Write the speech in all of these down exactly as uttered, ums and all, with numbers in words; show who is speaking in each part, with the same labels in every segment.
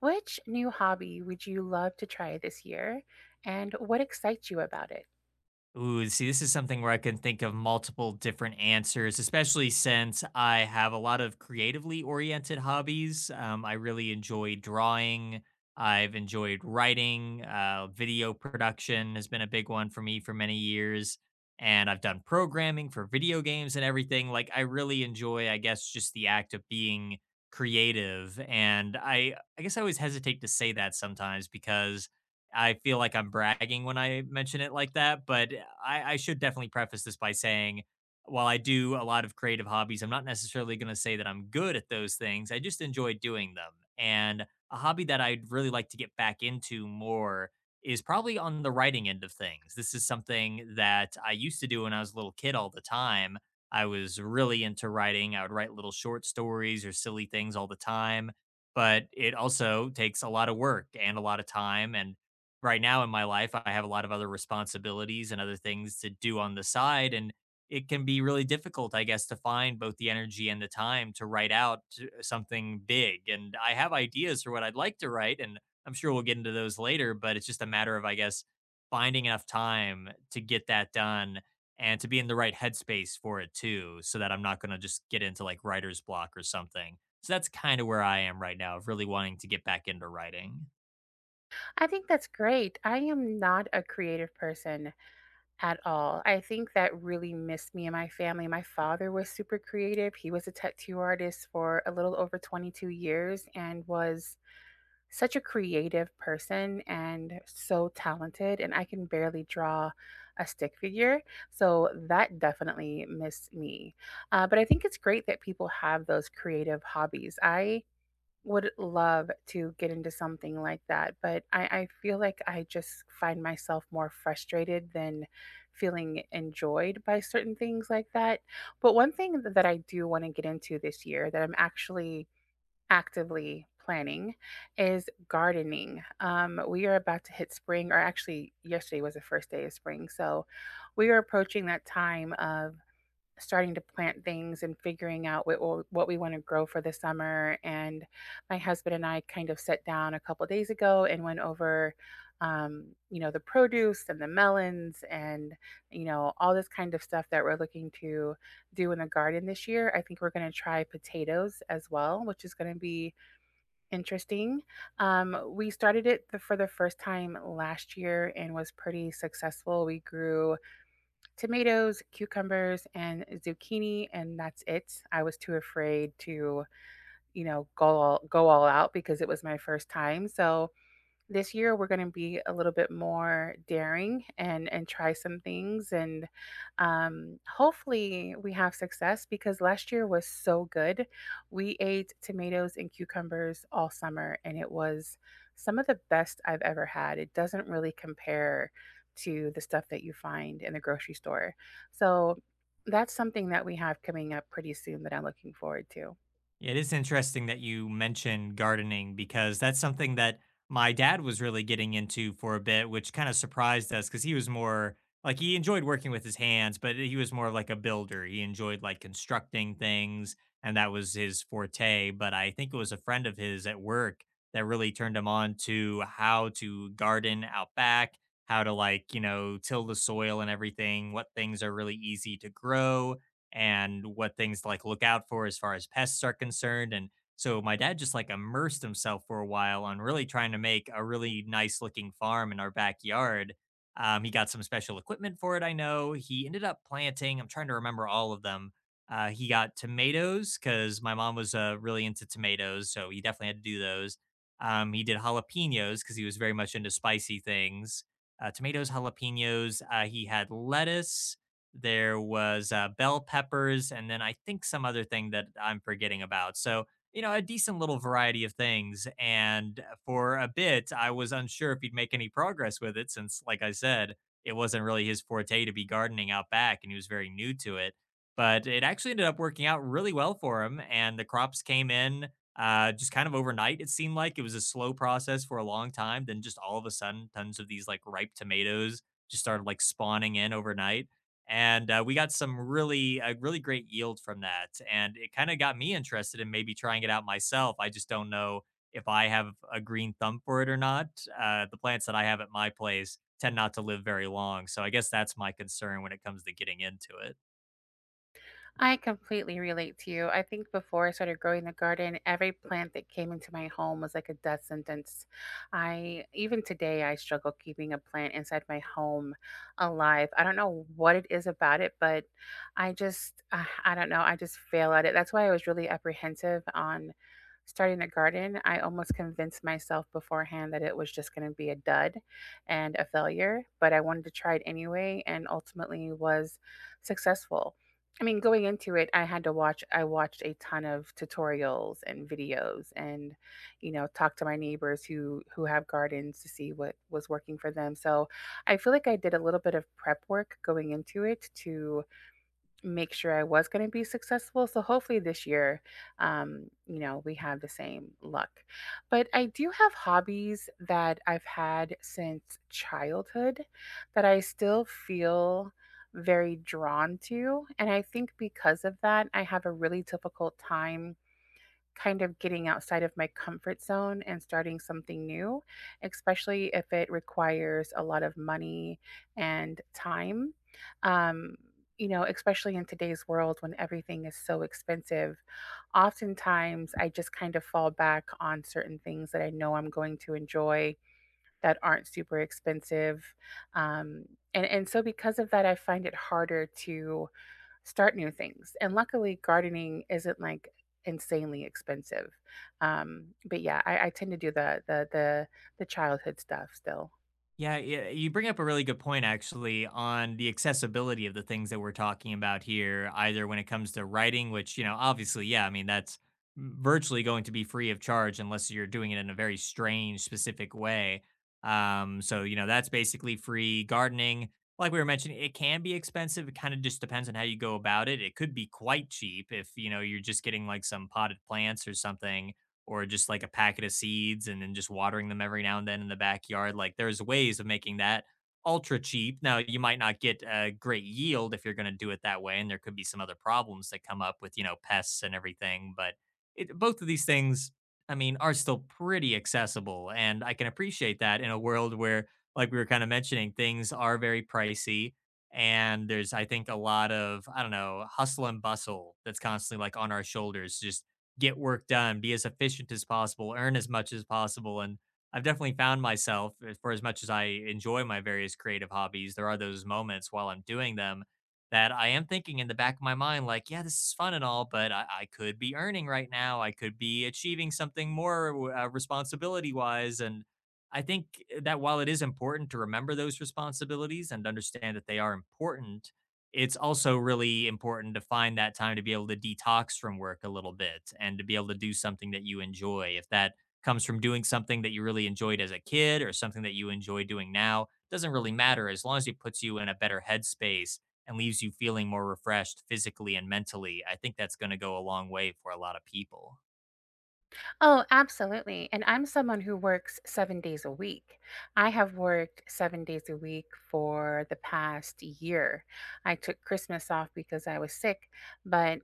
Speaker 1: Which new hobby would you love to try this year? And what excites you about it?
Speaker 2: Ooh, see, this is something where I can think of multiple different answers, especially since I have a lot of creatively oriented hobbies. Um, I really enjoy drawing. I've enjoyed writing. Uh, video production has been a big one for me for many years. And I've done programming for video games and everything. Like, I really enjoy, I guess, just the act of being creative. And I, I guess I always hesitate to say that sometimes because I feel like I'm bragging when I mention it like that, but uh, I, I should definitely preface this by saying while I do a lot of creative hobbies, I'm not necessarily going to say that I'm good at those things. I just enjoy doing them. And a hobby that I'd really like to get back into more is probably on the writing end of things. This is something that I used to do when I was a little kid all the time. I was really into writing. I would write little short stories or silly things all the time, but it also takes a lot of work and a lot of time and right now in my life, I have a lot of other responsibilities and other things to do on the side. And it can be really difficult, I guess, to find both the energy and the time to write out uh, something big. And I have ideas for what I'd like to write. And I'm sure we'll get into those later, but it's just a matter of, I guess, finding enough time to get that done and to be in the right headspace for it too, so that I'm not going to just get into like writer's block or something. So that's kind of where I am right now, of really wanting to get back into writing.
Speaker 1: I think that's great. I am not a creative person at all. I think that really missed me and my family. My father was super creative. He was a tattoo artist for a little over twenty-two years and was such a creative person and so talented, and I can barely draw a stick figure. So that definitely missed me. Uh, but I think it's great that people have those creative hobbies. I would love to get into something like that, but I, I feel like I just find myself more frustrated than feeling enjoyed by certain things like that. But one thing th- that I do want to get into this year that I'm actually actively planning is gardening. Um, we are about to hit spring, or actually, yesterday was the first day of spring. So we are approaching that time of starting to plant things and figuring out what we'll- what we want to grow for the summer. And my husband and I kind of sat down a couple days ago and went over, um, you know, the produce and the melons and you know all this kind of stuff that we're looking to do in the garden this year. I think we're going to try potatoes as well, which is going to be interesting. Um, we started it the, for the first time last year and was pretty successful. We grew tomatoes, cucumbers, and zucchini, and that's it. I was too afraid to, you know, go all, go all out because it was my first time. So this year we're going to be a little bit more daring and and try some things, and um, hopefully we have success, because last year was so good. We ate tomatoes and cucumbers all summer, and it was some of the best I've ever had. It doesn't really compare to the stuff that you find in the grocery store. So that's something that we have coming up pretty soon that I'm looking forward to.
Speaker 2: Yeah, it is interesting that you mentioned gardening because that's something that my dad was really getting into for a bit, which kind of surprised us because he was more like he enjoyed working with his hands, but he was more like a builder. He enjoyed like constructing things, and that was his forte. But I think it was a friend of his at work that really turned him on to how to garden out back, how to, like, you know, till the soil and everything, what things are really easy to grow and what things to like look out for as far as pests are concerned. And so my dad just like immersed himself for a while on really trying to make a really nice looking farm in our backyard. Um, he got some special equipment for it, I know. He ended up planting, I'm trying to remember all of them. Uh, he got tomatoes because my mom was uh, really into tomatoes. So he definitely had to do those. Um, he did jalapenos because he was very much into spicy things. Uh, tomatoes, jalapenos. Uh, he had lettuce there was, uh, bell peppers, and then I think some other thing that I'm forgetting about. So, you know, a decent little variety of things, and for a bit, I was unsure if he'd make any progress with it since, like I said, it wasn't really his forte to be gardening out back, and he was very new to it. But it actually ended up working out really well for him, and the crops came in, uh, just kind of overnight, it seemed like. It was a slow process for a long time, then just all of a sudden, tons of these, like, ripe tomatoes just started, like, spawning in overnight, and uh, we got some really a really great yield from that, and it kind of got me interested in maybe trying it out myself. I just don't know if I have a green thumb for it or not. Uh, the plants that I have at my place tend not to live very long, so I guess that's my concern when it comes to getting into it.
Speaker 1: I completely relate to you. I think before I started growing the garden, every plant that came into my home was like a death sentence. I even Today I struggle keeping a plant inside my home alive. I don't know what it is about it, but I just uh, I don't know. I just fail at it. That's why I was really apprehensive on starting a garden. I almost convinced myself beforehand that it was just going to be a dud and a failure, but I wanted to try it anyway and ultimately was successful. I mean, going into it, I had to watch I watched a ton of tutorials and videos and, you know, talk to my neighbors who who have gardens to see what was working for them. So, I feel like I did a little bit of prep work going into it to make sure I was going to be successful. So hopefully this year, um, you know, we have the same luck. But I do have hobbies that I've had since childhood that I still feel very drawn to. And I think because of that, I have a really difficult time kind of getting outside of my comfort zone and starting something new, especially if it requires a lot of money and time. Um, you know, especially in today's world when everything is so expensive, oftentimes I just kind of fall back on certain things that I know I'm going to enjoy that aren't super expensive. Um, and, and so because of that, I find it harder to start new things. And luckily, gardening isn't like insanely expensive. Um, but yeah, I, I tend to do the the the the childhood stuff still.
Speaker 2: Yeah, yeah, you bring up a really good point actually on the accessibility of the things that we're talking about here, either when it comes to writing, which, you know, obviously, yeah, I mean, that's virtually going to be free of charge unless you're doing it in a very strange, specific way. Um, so, you know, that's basically free. Gardening, like we were mentioning, it can be expensive. It kind of just depends on how you go about it. It could be quite cheap if, you know, you're just getting like some potted plants or something or just like a packet of seeds and then just watering them every now and then in the backyard. Like, there's ways of making that ultra cheap. Now, you might not get a great yield if you're going to do it that way and there could be some other problems that come up with, you know, pests and everything, but it, both of these things, I mean, are still pretty accessible and I can appreciate that in a world where, like we were kind of mentioning, things are very pricey and there's, I think, a lot of, I don't know, hustle and bustle that's constantly like on our shoulders, just get work done, be as efficient as possible, earn as much as possible. And I've definitely found myself, uh, for as much as I enjoy my various creative hobbies, there are those moments while I'm doing them that I am thinking in the back of my mind, like, yeah, this is fun and all, but I, I could be earning right now. I could be achieving something more uh, responsibility wise. And I think that while it is important to remember those responsibilities and understand that they are important, it's also really important to find that time to be able to detox from work a little bit and to be able to do something that you enjoy. If that comes from doing something that you really enjoyed as a kid or something that you enjoy doing now, doesn't really matter as long as it puts you in a better headspace and leaves you feeling more refreshed physically and mentally. I think that's going to go a long way for a lot of people.
Speaker 1: Oh, absolutely. And I'm someone who works seven days a week. I have worked seven days a week for the past year. I took Christmas off because I was sick, but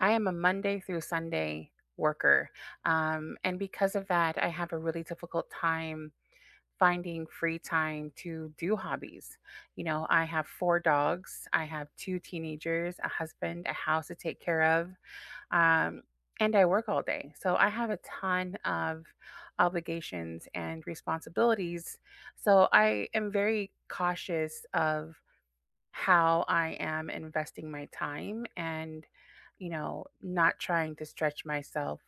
Speaker 1: I am a Monday through Sunday worker. Um, and because of that, I have a really difficult time finding free time to do hobbies. You know, I have four dogs, I have two teenagers, a husband, a house to take care of, um, and I work all day. So I have a ton of obligations and responsibilities. So I am very cautious of how I am investing my time and, you know, not trying to stretch myself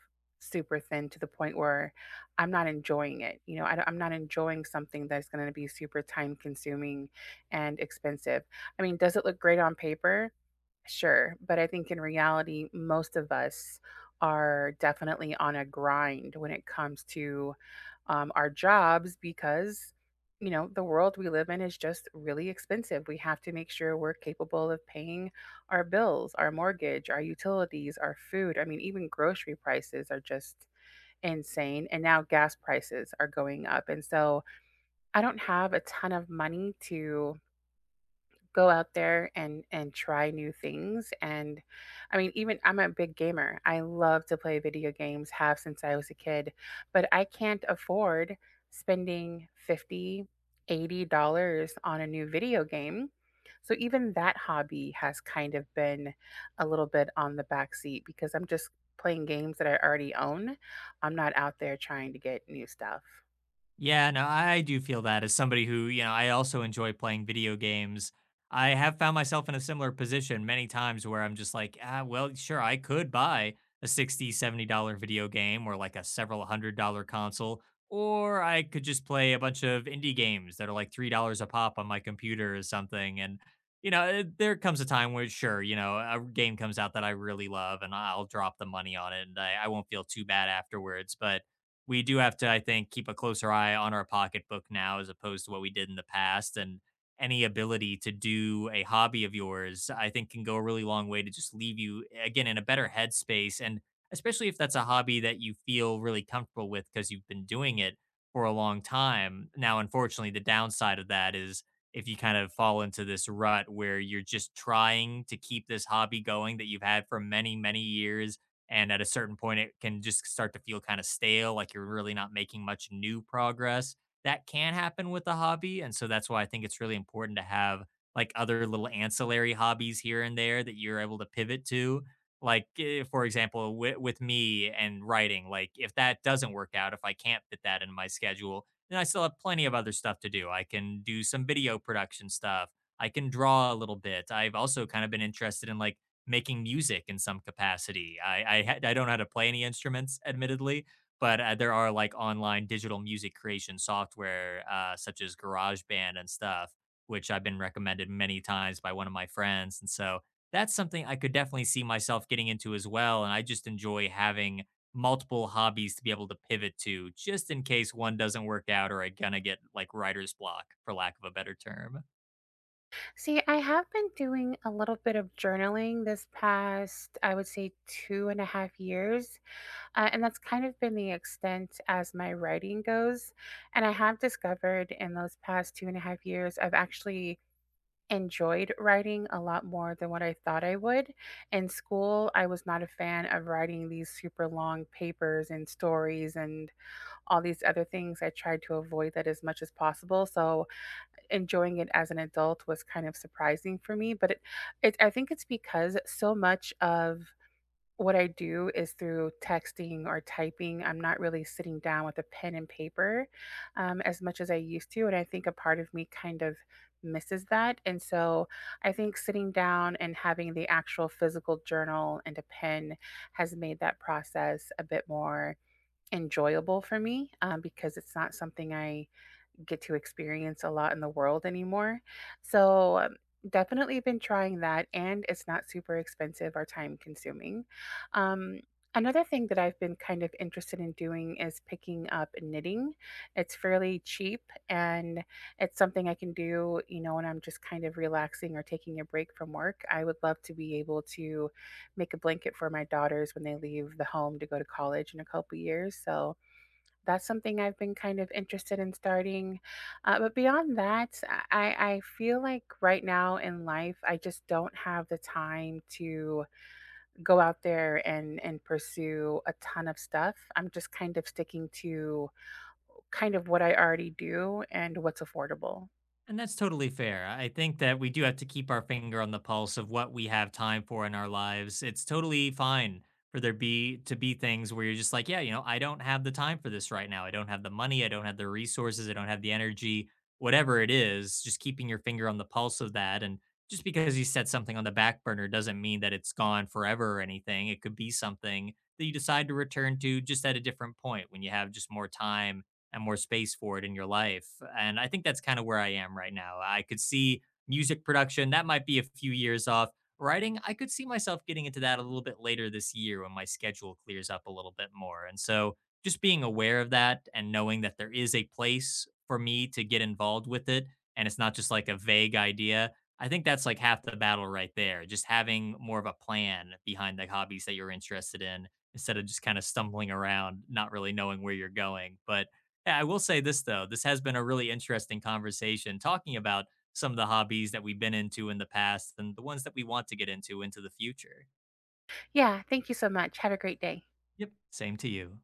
Speaker 1: super thin to the point where I'm not enjoying it. You know, I, am not enjoying something that's going to be super time consuming and expensive. I mean, does it look great on paper? Sure. But I think in reality, most of us are definitely on a grind when it comes to um, our jobs, because you know the world we live in is just really expensive. We have to make sure we're capable of paying our bills, our mortgage, our utilities, our food. I mean, even grocery prices are just insane, and now gas prices are going up. And so I don't have a ton of money to go out there and and try new things. And I mean, even I'm a big gamer, I love to play video games, have since I was a kid, but I can't afford spending fifty, eighty dollars on a new video game. So even that hobby has kind of been a little bit on the back seat, because I'm just playing games that I already own. I'm not out there trying to get new stuff.
Speaker 2: Yeah, no, I do feel that as somebody who, you know, I also enjoy playing video games. I have found myself in a similar position many times where I'm just like, ah, well, sure, I could buy a sixty, seventy dollar video game or like a several hundred dollar console, or I could just play a bunch of indie games that are like three dollars a pop on my computer or something. And you know, it- there comes a time where, sure, you know, a game comes out that I really love, and I'll drop the money on it, and I, I won't feel too bad afterwards. But we do have to, I think, keep a closer eye on our pocketbook now as opposed to what we did in the past. And any ability to do a hobby of yours, I think, can go a really long way to just leave you, again, in a better headspace. And especially if that's a hobby that you feel really comfortable with because you've been doing it for a long time. Now, unfortunately, the downside of that is if you kind of fall into this rut where you're just trying to keep this hobby going that you've had for many, many years and at a certain point, it can just start to feel kind of stale, like you're really not making much new progress. That can happen with a hobby. And so that's why I think it's really important to have like other little ancillary hobbies here and there that you're able to pivot to. Like, eh, for example, with, with, me and writing, like if that doesn't work out, if I can't fit that in my schedule, then I still have plenty of other stuff to do. I can do some video production stuff. I can draw a little bit. I've also kind of been interested in like making music in some capacity. I I, had I don't know how to play any instruments, admittedly, but uh, there are like online digital music creation software uh, such as GarageBand and stuff, which I've been recommended many times by one of my friends, and so that's something I could definitely see myself getting into as well. And I just enjoy having multiple hobbies to be able to pivot to, just in case one doesn't work out or I gonna get like writer's block, for lack of a better term.
Speaker 1: See, I have been doing a little bit of journaling this past, I would say, two and a half years. Uh, and that's kind of been the extent as my writing goes. And I have discovered in those past two and a half years, I've actually enjoyed writing a lot more than what I thought I would. In school, I was not a fan of writing these super long papers and stories and all these other things. I tried to avoid that as much as possible. So, enjoying it as an adult was kind of surprising for me, but it, it I think it's because so much of what I do is through texting or typing. I'm not really sitting down with a pen and paper um, as much as I used to, and I think a part of me kind of misses that. And so I think sitting down and having the actual physical journal and a pen has made that process a bit more enjoyable for me, um, because it's not something I get to experience a lot in the world anymore. So, um, definitely been trying that, and it's not super expensive or time consuming. Um, another thing that I've been kind of interested in doing is picking up knitting. It's fairly cheap, and it's something I can do, you know, when I'm just kind of relaxing or taking a break from work. I would love to be able to make a blanket for my daughters when they leave the home to go to college in a couple years. So, that's something I've been kind of interested in starting. Uh, but beyond that, I, I feel like right now in life, I just don't have the time to go out there and, and pursue a ton of stuff. I'm just kind of sticking to kind of what I already do and what's affordable.
Speaker 2: And that's totally fair. I think that we do have to keep our finger on the pulse of what we have time for in our lives. It's totally fine for there be to be things where you're just like, yeah, you know, I don't have the time for this right now. I don't have the money, I don't have the resources, I don't have the energy, whatever it is, just keeping your finger on the pulse of that and just because you set something on the back burner doesn't mean that it's gone forever or anything. It could be something that you decide to return to just at a different point when you have just more time and more space for it in your life. And I think that's kind of where I am right now. I could see music production, that might be a few years off. Writing, I could see myself getting into that a little bit later this year when my schedule clears up a little bit more. And so just being aware of that and knowing that there is a place for me to get involved with it and it's not just like a vague idea. I think that's like half the battle right there. Just having more of a plan behind the hobbies that you're interested in instead of just kind of stumbling around, not really knowing where you're going. But yeah, I will say this though. This has been a really interesting conversation talking about some of the hobbies that we've been into in the past and the ones that we want to get into into the future.
Speaker 1: Yeah, thank you so much. Have a great day.
Speaker 2: Yep. Same to you.